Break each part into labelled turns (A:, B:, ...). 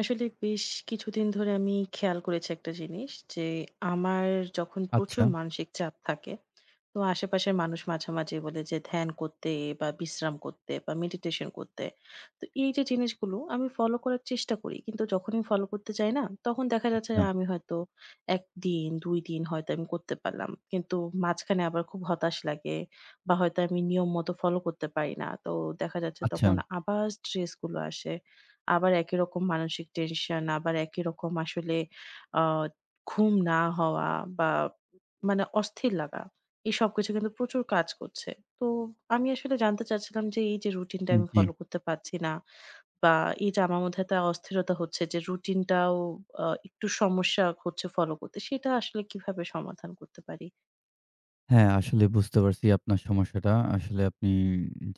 A: আসলে বেশ কিছুদিন ধরে আমি খেয়াল করেছি একটা জিনিস যে আমার যখন প্রচুর
B: আচ্ছা,
A: মানসিক চাপ থাকে তো আশেপাশের মানুষ মাঝামাঝি বলে যে ধ্যান করতে বা বিশ্রাম করতে বা মেডিটেশন করতে। তো এই যে জিনিসগুলো আমি ফলো করার চেষ্টা করি, কিন্তু যখনই ফলো করতে চাই না তখন দেখা যাচ্ছে
B: আচ্ছা,
A: যে আমি হয়তো একদিন ২ দিন হয়তো আমি করতে পারলাম, কিন্তু মাঝখানে আবার খুব হতাশ লাগে বা হয়তো আমি নিয়ম মতো ফলো করতে পারি না। তো দেখা যাচ্ছে
B: আচ্ছা।
A: তখন আবার স্ট্রেস গুলো আসে, আবার একই রকম মানসিক টেনশন, আবার একই রকম আসলে আ ঘুম না হওয়া বা মানে অস্থির লাগা। এই সবকিছু কিন্তু প্রচুর কাজ করছে। তো আমি আসলে জানতে চাচ্ছিলাম যে এই যে রুটিনটা আমি
B: জি।
A: ফলো করতে পারছি না, বা এই যে আমার মধ্যে একটা অস্থিরতা হচ্ছে যে রুটিনটাও একটু সমস্যা হচ্ছে ফলো করতে। সেটা আসলে কিভাবে সমাধান করতে পারি?
B: হ্যাঁ, আসলে বুঝতে পারছি আপনার সমস্যাটা। আসলে আপনি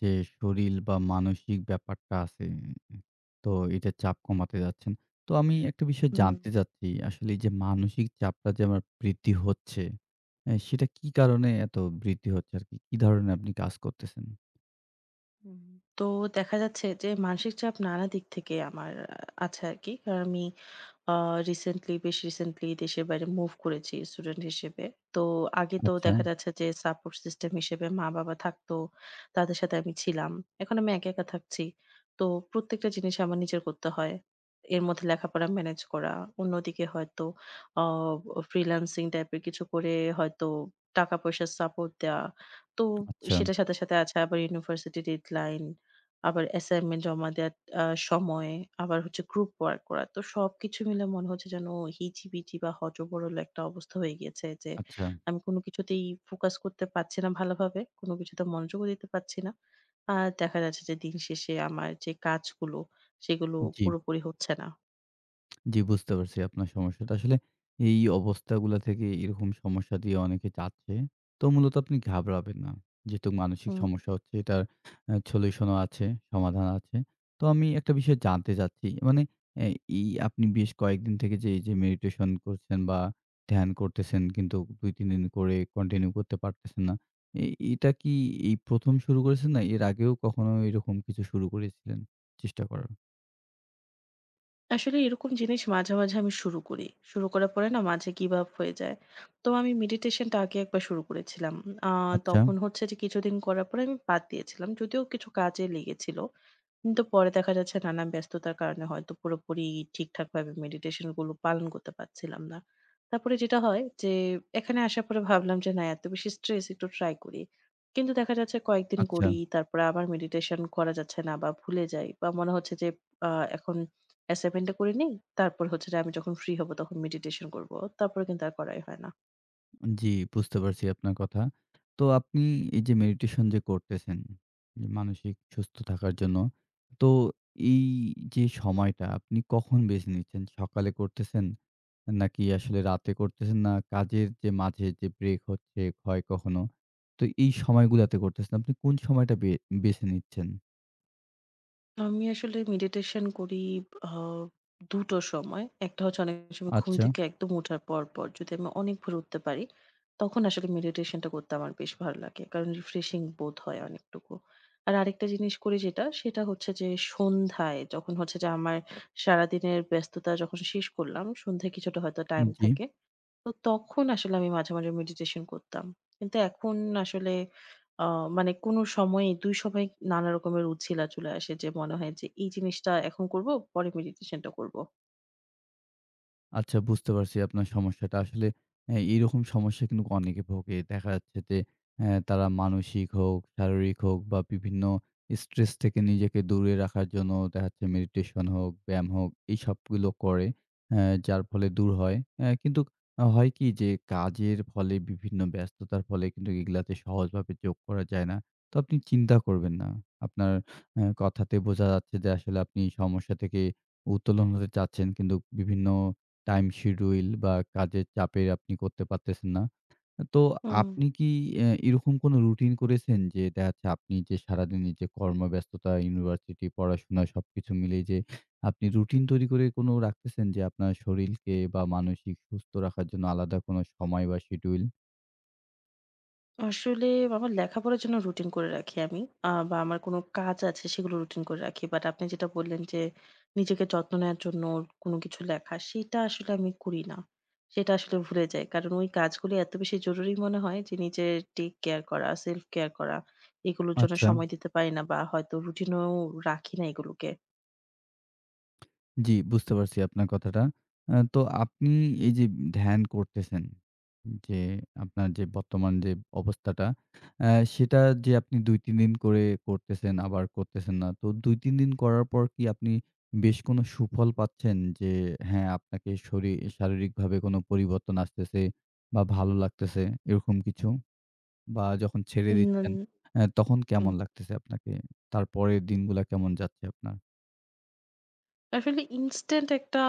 B: যে শরীর বা মানসিক ব্যাপারটা আছে, তো এটা চাপ কমাতে যাচ্ছেন। তো আমি একটা বিষয়
A: হুম,
B: জানতে চাচ্ছি, আসলে এই যে মানসিক চাপটা যে আমার বৃদ্ধি হচ্ছে, সেটা কি কারণে এত বৃদ্ধি হচ্ছে আরকি? কি কি ধরনের আপনি কাজ করতেছেন?
A: হুম। তো দেখা যাচ্ছে যে মানসিক চাপ নানা দিক থেকে আমার আছে আরকি। কারণ আমি আ বেশ রিসেন্টলি দেশের বাইরে মুভ করেছি স্টুডেন্ট হিসেবে। তো আগে তো
B: আচ্ছা,
A: দেখা যাচ্ছে যে সাপোর্ট সিস্টেম হিসেবে মা-বাবা থাকতো। তাদের সাথে আমি ছিলাম। এখন আমি একা, একা থাকছি। তো প্রত্যেকটা জিনিস আমার নিজের করতে হয়। এর মধ্যে লেখাপড়া ম্যানেজ করা। অন্যদিকে হয়তো আ ফ্রিল্যান্সিং টাইপের কিছু করে হয়তো টাকা-পয়সার সাপোর্ট দেয়া। তো
B: আচ্ছা,
A: সেটার সাথে, সাথে আছে আবার ইউনিভার্সিটি ডেডলাইন, আবার অ্যাসাইনমেন্ট জমা দেয়া আ সময়, আবার হচ্ছে গ্রুপ ওয়ার্ক করা। তো সবকিছু মিলে মনে হচ্ছে যেন হিজিবিজি বা হযবরল একটা অবস্থা হয়ে গিয়েছে যে
B: আচ্ছা।
A: আমি কোনো কিছুতেই ফোকাস করতে পারছি না ভালোভাবে। কোনো কিছুতে মনোযোগও দিতে পারছি না। আর দেখা যাচ্ছে যে দিন শেষে আমার যে কাজগুলো সেগুলো
B: জি।
A: পুরোপুরি হচ্ছে না।
B: জি, বুঝতে পারছি আপনার সমস্যাটা। আসলে এই অবস্থাগুলা থেকে এরকম সমস্যা দিয়ে অনেকে যাচ্ছে। তো মূলত আপনি ঘাবড়াবেন না। যেহেতু মানসিক
A: হুম,
B: সমস্যা হচ্ছে এটার সলিউশনও আছে, সমাধান আছে। তো আমি একটা বিষয় জানতে চাচ্ছি। মানে অ্যা এই আপনি বেশ কয়েকদিন থেকে যে, এই যে মেডিটেশন করছেন বা ধ্যান করতেছেন কিন্তু ২-৩ দিন করে কন্টিনিউ করতে পারতেছেন না। এ এটা কি এই ১ম শুরু করেছেন না এর আগেও কখনো এরকম কিছু শুরু করেছিলেন চেষ্টা করার?
A: আসলে এরকম জিনিস মাঝে, মাঝে আমি শুরু করি। শুরু করার পরে না মাঝে গিভ আপ হয়ে যায়। তো আমি মেডিটেশনটা আগে একবার শুরু করেছিলাম। আ
B: আচ্ছা,
A: তখন হচ্ছে যে কিছুদিন করার পরে আমি বাদ দিয়েছিলাম। যদিও কিছু কাজে লেগেছিল, কিন্তু পরে দেখা যাচ্ছে নানান ব্যস্ততার কারণে হয়তো পুরোপুরি ঠিকঠাকভাবে মেডিটেশন গুলো পালন করতে পারছিলাম না। তারপরে যেটা হয় যে এখানে আসার পরে ভাবলাম যে না এত বেশি স্ট্রেস একটু ট্রাই করি। কিন্তু দেখা যাচ্ছে কয়েকদিন
B: আচ্ছা।
A: করি তারপরে আবার মেডিটেশন করা যাচ্ছে না বা ভুলে যাই বা মনে হচ্ছে যে আ এখন অ্যাসাইনমেন্টটা করে নেই। তারপর হচ্ছে যে আমি যখন ফ্রি হব তখন মেডিটেশন করব। তারপরে কিন্তু আর করাই হয় না।
B: জি, বুঝতে পারছি আপনার কথা। তো আপনি এই যে মেডিটেশন যে করতেছেন, যে মানসিক সুস্থ থাকার জন্য, তো এই যে সময়টা আপনি কখন বেছে নিচ্ছেন? সকালে করতেছেন? নাকি আসলে রাতে করতেছেন? না কাজের যে মাঝে যে ব্রেক হচ্ছে হয় কখনো, তো এই সময়গুলাতে করতেছেন? আপনি কোন সময়টা বেছে নিচ্ছেন?
A: আমি আসলে মেডিটেশন করি আ ২টো টো সময়। একটা হচ্ছে অনেক সময় ঘুম
B: আচ্ছা,
A: থেকে একদম ওঠার পর, পর যদি আমি অনেক ভোরে উঠতে পারি, তখন আসলে মেডিটেশনটা করতে আমার বেশ ভালো লাগে। কারণ রিফ্রেশিং বোধ হয় অনেকটুকু। আর আরেকটা জিনিস করি যেটা, সেটা হচ্ছে যে সন্ধ্যায় যখন হচ্ছে যে আমার সারাদিনের ব্যস্ততা যখন শেষ করলাম, সন্ধ্যায় কিছুটা হয়তো টাইম
B: জি।
A: থাকে। তো তখন আসলে আমি মাঝে, মাঝে মেডিটেশন করতাম। কিন্তু এখন আসলে আ মানে কোন সময়ে ২ সময়ে নানা রকমের উছিলা চলে আসে যে মনে হয় যে এই জিনিসটা এখন করব, পরে মেডিটেশনটা করব।
B: আচ্ছা বুঝতে পারছি আপনার সমস্যাটা। আসলে এইরকম সমস্যা কিন্তু অনেকে ভোগে। দেখা যাচ্ছে যে তারা মানসিক হোক, শারীরিক হোক বা বিভিন্ন স্ট্রেস থেকে নিজেকে দূরে রাখার জন্য দেখা যাচ্ছে মেডিটেশন হোক, ব্যায়াম হোক এই সবগুলো করে। যার ফলে দূর হয়। কিন্তু হয় কি যে কাজের ফলে বিভিন্ন ব্যস্ততার ফলে কিন্তু এগুলাতে সহজভাবে যোগ করা যায় না। তো আপনি চিন্তা করবেন না। আপনার কথাতে বোঝা যাচ্ছে যে আসলে আপনি সমস্যা থেকে উত্তোলন হতে চাচ্ছেন কিন্তু বিভিন্ন টাইম শিডিউল বা কাজের চাপে আপনি করতে পারতেছেন না। তো
A: হুম।
B: আপনি কি এরকম কোনো রুটিন করেছেন যে দেখা যাচ্ছে আপনি যে সারাদিনের যে কর্মব্যস্ততা, ইউনিভার্সিটি, পড়াশোনা সবকিছু মিলিয়ে যে আপনি রুটিন তৈরি করে কোনো রাখতেছেন যে আপনার শরীরকে বা মানসিক সুস্থ রাখার জন্য আলাদা কোনো সময় বা শিডিউল?
A: আসলে আমার লেখাপড়ার জন্য রুটিন করে রাখি আমি। বা আমার কোনো কাজ আছে সেগুলো রুটিন করে রাখি। বাট আপনি যেটা বললেন যে নিজেকে যত্ন নেয়ার জন্য কোনো কিছু লেখা, সেটা আসলে আমি করি না। সেটা আসলে ভুলে যাই। কারণ ওই কাজগুলো এত বেশি জরুরি মনে হয় যে নিজের টেক কেয়ার করা, সেলফ কেয়ার করা, এগুলোর জন্য
B: আচ্ছা।
A: সময় দিতে পারি না বা হয়তো রুটিনেও রাখি না এগুলোকে।
B: জি, বুঝতে পারছি আপনার কথাটা। তো আপনি এই যে ধ্যান করতেছেন, যে আপনার যে বর্তমান যে অবস্থাটা, আ সেটা যে আপনি ২-৩ দিন করে করতেছেন, আবার করতেছেন না। তো ২-৩ দিন করার পর কি আপনি বেশ কোনো সুফল পাচ্ছেন? যে হ্যাঁ, আপনাকে শারীরিকভাবে কোনো পরিবর্তন আসতেছে বা ভালো লাগতেছে এরকম কিছু? বা যখন ছেড়ে
A: উম
B: দিচ্ছেন, তখন
A: উম
B: কেমন লাগতেছে আপনাকে? তারপরের দিনগুলা কেমন যাচ্ছে আপনার?
A: আসলে ইনস্ট্যান্ট একটা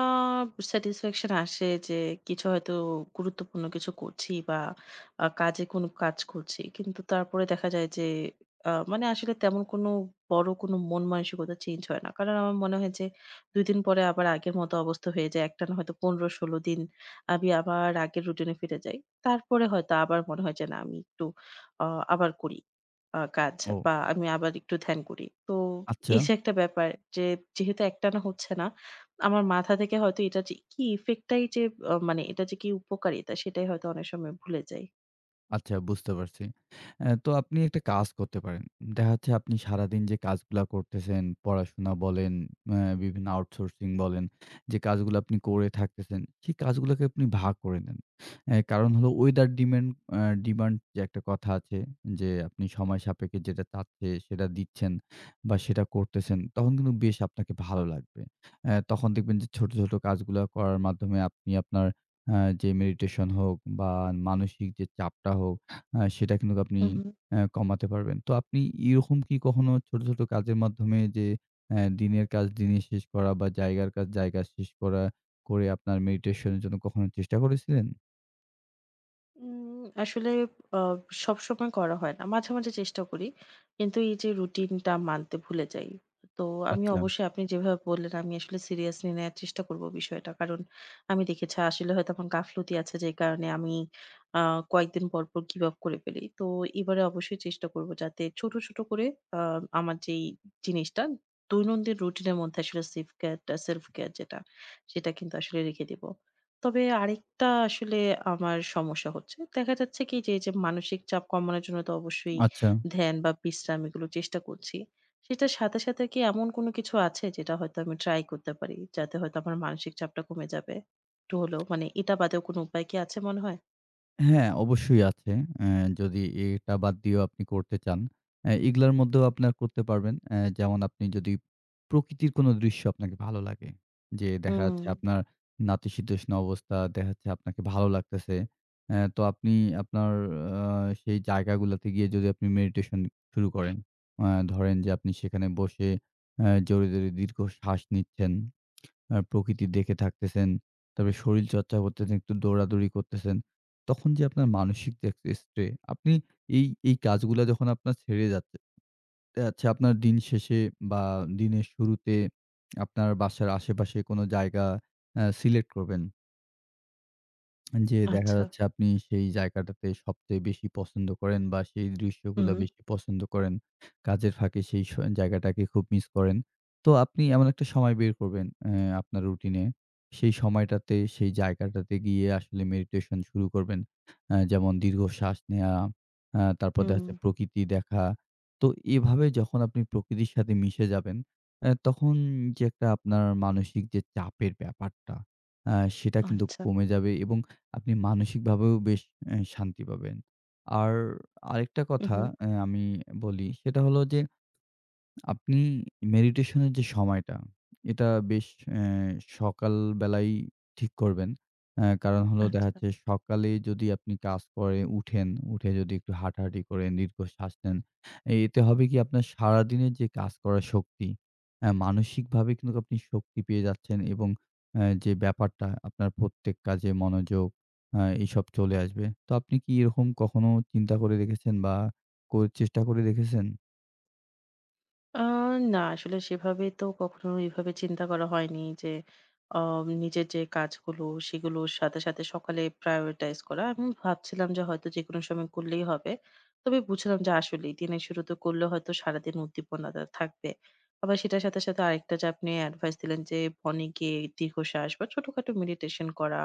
A: স্যাটিসফ্যাকশন আসে যে কিছু হয়তো গুরুত্বপূর্ণ কিছু করছি বা কাজে কোনো কাজ করছি। কিন্তু তারপরে দেখা যায় যে মানে আসলে তেমন কোনো বড় কোনো মন মানসিকতা চেঞ্জ হয় না। কারণ আমার মনে হয় যে ২ দিন পরে আবার আগের মতো অবস্থা হয়ে যায়। একটানা হয়তো ১৫-১৬ দিন আমি আবার আগের রুটিনে ফিরে যাই। তারপরে হয়তো আবার মনে হয় যে না আমি একটু আ আবার করি। আ কাজ
B: ও
A: বা আমি আবার একটু ধ্যান করি। তো
B: আচ্ছা।
A: এই যে একটা ব্যাপার, যে যেহেতু একটানা হচ্ছে না, আমার মাথা থেকে হয়তো এটা যে কি ইফেক্ট টাই যে মানে এটা যে কি উপকারিতা সেটাই হয়তো অনেক সময় ভুলে যাই।
B: আচ্ছা বুঝতে পারছি। তো আপনি একটা কাজ করতে পারেন। দেখা যাচ্ছে আপনি সারাদিন যে কাজগুলা করতেছেন, পড়াশোনা বলেন, বিভিন্ন আউটসোর্সিং বলেন, যে কাজগুলো আপনি করে থাকতেছেন, সেই কাজগুলোকে আপনি ভাগ করে নেন। কারণ হলো ওয়েদার ডিমেন্ড অ্যা ডিমান্ড যে একটা কথা আছে যে আপনি সময় সাপেক্ষে যেটা চাচ্ছে সেটা দিচ্ছেন বা সেটা করতেছেন, তখন কিন্তু বেশ আপনাকে ভালো লাগবে। তখন দেখবেন যে ছোট, ছোট কাজগুলা করার মাধ্যমে আপনি আপনার আ যে মেডিটেশন হোক বা মানসিক যে চাপটা হোক, সেটা কিন্তু আপনি
A: হু, হু।
B: কমাতে পারবেন। তো আপনি এরকম কি কখনো ছোট, ছোট কাজের মাধ্যমে যে দিনের কাজ দিনে শেষ করা বা জায়গার কাজ জায়গা শেষ করা, করে আপনার মেডিটেশন এর জন্য কখনো চেষ্টা করেছিলেন?
A: আসলে আ সবসময় করা হয় না। মাঝে, মাঝে চেষ্টা করি। কিন্তু এই যে রুটিনটা মানতে ভুলে যাই। তো আমি
B: আচ্ছা,
A: অবশ্যই আপনি যেভাবে বললেন আমি আসলে সিরিয়াসলি নেয়ার চেষ্টা করব বিষয়টা। কারণ আমি দেখেছি আসলে হয়তো আমার গাফলতি আছে যে কারণে আমি আ কয়েকদিন পর, পর গিভ আপ করে ফেলি। তো এবারে অবশ্যই চেষ্টা করব যাতে ছোট, ছোট করে আ আমার যেই জিনিসটা দৈনন্দিন রুটিনের মধ্যে আসলে সেফ কেয়ারটা সেলফ কেয়ার যেটা সেটা কিন্তু আসলে রেখে দিব। তবে আরেকটা আসলে আমার সমস্যা হচ্ছে। দেখা যাচ্ছে কি যে, এই যে মানসিক চাপ কমানোর জন্য তো অবশ্যই
B: আচ্ছা।
A: ধ্যান বা বিশ্রাম এগুলো চেষ্টা করছি। সেটার সাথে, সাথে কি এমন কোনো কিছু আছে যেটা হয়তো আমি ট্রাই করতে পারি? যাতে হয়তো আমার মানসিক চাপটা কমে যাবে একটু হলেও? মানে এটা বাদেও কোনো উপায় কি আছে মনে হয়?
B: হ্যাঁ, অবশ্যই আছে। অ্যা যদি এটা বাদ দিয়েও আপনি করতে চান, এগুলার মধ্যেও আপনার করতে পারবেন। যেমন আপনি যদি প্রকৃতির কোনো দৃশ্য আপনাকে ভালো লাগে, যে দেখা
A: হুম,
B: যাচ্ছে আপনার নাতিশীতোষ্ণ অবস্থা, দেখা যাচ্ছে আপনাকে ভালো লাগতেছে। তো আপনি আপনার আ সেই জায়গাগুলাতে গিয়ে যদি আপনি মেডিটেশন শুরু করেন, আ ধরেন যে আপনি সেখানে বসে জোরে, জোরে দীর্ঘ শ্বাস নিচ্ছেন। প্রকৃতি দেখে থাকতেছেন, তারপরে শরীর চর্চা করতেছেন, একটু দৌড়াদৌড়ি করতেছেন। তখন যে আপনার মানসিক যে একটা স্ট্রে আপনি এই, এই কাজগুলা যখন আপনার ছেড়ে যাচ্ছে যাচ্ছে আপনার দিন শেষে বা দিনের শুরুতে আপনার বাসার আশেপাশে কোনো জায়গা সিলেক্ট করবেন। যে দেখা
A: আচ্ছা।
B: যাচ্ছে আপনি সেই জায়গাটাতে সবচেয়ে বেশি পছন্দ করেন বা সেই
A: হু,
B: দৃশ্যগুলা
A: হু,
B: বেশি পছন্দ করেন। কাজের ফাঁকে সেই স জায়গাটাকে খুব মিস করেন। তো আপনি এমন একটা সময় বের করবেন আপনার রুটিনে। সেই সময়টাতে সেই জায়গাটাতে গিয়ে আসলে মেডিটেশন শুরু করবেন। যেমন দীর্ঘশ্বাস নেয়া, তারপর দেখা
A: হুম,
B: যাচ্ছে প্রকৃতি দেখা। তো এভাবে যখন আপনি প্রকৃতির সাথে মিশে যাবেন, তখন যে একটা আপনার মানসিক যে চাপের ব্যাপারটা, আ সেটা কিন্তু
A: আচ্ছা।
B: কমে যাবে এবং আপনি মানসিকভাবেও বেশ শান্তি পাবেন। আর আরেকটা
A: হু,
B: কথা
A: হু,
B: আমি বলি সেটা হলো যে আপনি মেডিটেশনের যে সময়টা, এটা বেশ অ্যা সকাল বেলাই ঠিক করবেন। কারণ হলো দেখা
A: আচ্ছা।
B: যাচ্ছে সকালে যদি আপনি কাজ করে উঠেন, উঠে যদি একটু হাঁটাহাঁটি করে দীর্ঘশ্বাস নেন, এতে হবে কি আপনার সারাদিনের যে কাজ করার শক্তি, মানসিকভাবে কিন্তু আপনি শক্তি পেয়ে যাচ্ছেন এবং যে ব্যাপারটা আপনার প্রত্যেক কাজে মনোযোগ এসব চলে আসবে। তো আপনি কি এরকম কখনো চিন্তা করে দেখেছেন বা চেষ্টা করে দেখেছেন?
A: আ না আসলে সেভাবে তো কখনো এভাবে চিন্তা করা হয়নি যে আ নিজের যে কাজগুলো সেগুলোর সাথে, সাথে সকালে prioritize করা। আমি ভাবছিলাম যে হয়তো যেকোনো সময় করলেই হবে। তবে বুঝলাম যে আসলেই দিনের শুরুতে করলে হয়তো সারাদিন উদ্দীপনাটা থাকবে। আবার সেটার সাথে, সাথে আরেকটা যে আপনি অ্যাডভাইস দিলেন যে বনে গিয়ে দীর্ঘশ্বাস বা ছোটখাটো মেডিটেশন করা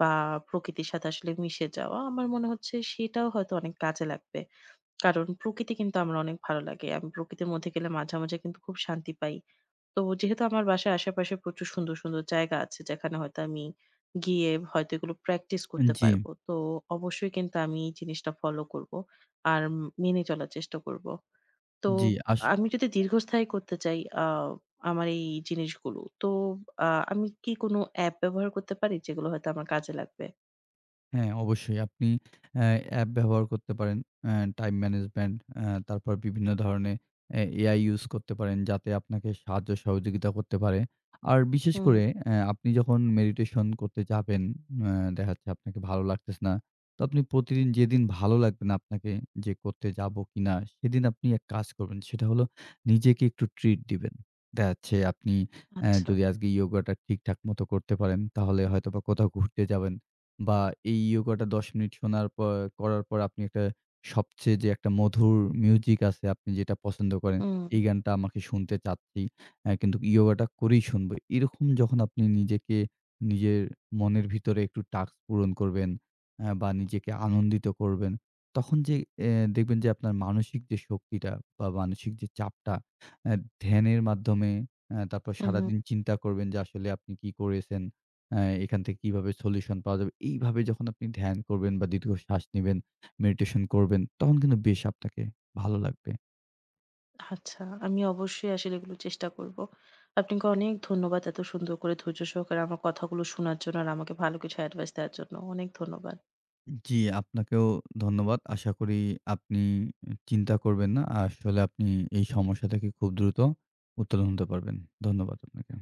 A: বা প্রকৃতির সাথে আসলে মিশে যাওয়া। আমার মনে হচ্ছে সেটাও হয়তো অনেক কাজে লাগবে। কারণ প্রকৃতি কিন্তু আমার অনেক ভালো লাগে। আমি প্রকৃতির মধ্যে গেলে মাঝে, মাঝে কিন্তু খুব শান্তি পাই। তো যেহেতু আমার বাসার আশেপাশে প্রচুর সুন্দর, সুন্দর জায়গা আছে যেখানে হয়তো আমি গিয়ে হয়তো এগুলো প্র্যাকটিস করতে
B: জি।
A: পারবো। তো অবশ্যই কিন্তু আমি এই জিনিসটা ফলো করব। আর মেনে চলার চেষ্টা করব। তো
B: জি, আস
A: আমি যদি দীর্ঘস্থায়ী করতে চাই আমার এই জিনিসগুলো, তো আ আমি কি কোনো অ্যাপ ব্যবহার করতে পারি যেগুলো হয়তো আমার কাজে লাগবে?
B: হ্যাঁ, অবশ্যই আপনি অ্যা অ্যাপ ব্যবহার করতে পারেন। অ্যা টাইম ম্যানেজমেন্ট তারপর বিভিন্ন ধরনের AI ইউস করতে পারেন যাতে আপনাকে সাহায্য সহযোগিতা করতে পারে। আর বিশেষ
A: হুম,
B: করে আপনি যখন মেডিটেশন করতে যাবেন, দেখা যাচ্ছে আপনাকে ভালো লাগতেছে না। তো আপনি প্রতিদিন যেদিন ভালো লাগবে না আপনাকে যে করতে যাবো কিনা সেদিন আপনি এক কাজ করবেন। সেটা হলো নিজেকে একটু ট্রিট দিবেন। দেখা যাচ্ছে আপনি
A: আচ্ছা।
B: যদি আজকে ইয়োগাটা ঠিকঠাক মতো করতে পারেন তাহলে হয়তোবা কোথাও ঘুরতে যাবেন। বা এই ইয়োগাটা ১০ মিনিট শোনার পর করার পর আপনি একটা সবচেয়ে যে একটা মধুর মিউজিক আছে আপনি যেটা পছন্দ করেন,
A: হুম,
B: এই গানটা আমাকে শুনতে চাচ্ছি। কিন্তু ইয়োগাটা করেই শুনবো। এরকম যখন আপনি নিজেকে নিজের মনের ভিতরে একটু টাস্ক পূরণ করবেন বা নিজেকে আনন্দিত করবেন, তখন যে অ্যা দেখবেন যে আপনার মানসিক যে শক্তিটা বা মানসিক যে চাপটা অ্যা ধ্যানের মাধ্যমে তারপর
A: হুম, হুম।
B: সারাদিন চিন্তা করবেন যে আসলে আপনি কি করেছেন। এখান থেকে কিভাবে সলিউশন পাওয়া যাবে? এইভাবে যখন আপনি ধ্যান করবেন বা দীর্ঘ শ্বাস নিবেন, মেডিটেশন করবেন, তখন কিন্তু বেশ আপনাকে ভালো লাগবে।
A: আচ্ছা, আমি অবশ্যই আসলে এগুলো চেষ্টা করব। আপনাকে অনেক ধন্যবাদ এত সুন্দর করে ধৈর্য সহকারে আমার কথাগুলো শোনার জন্য আর আমাকে ভালো কিছু অ্যাডভাইস দেওয়ার জন্য। অনেক ধন্যবাদ।
B: জি, আপনাকেও ধন্যবাদ। আশা করি আপনি চিন্তা করবেন না। আসলে আপনি এই সমস্যা থেকে খুব দ্রুত উত্তোলন হতে পারবেন। ধন্যবাদ আপনাকে।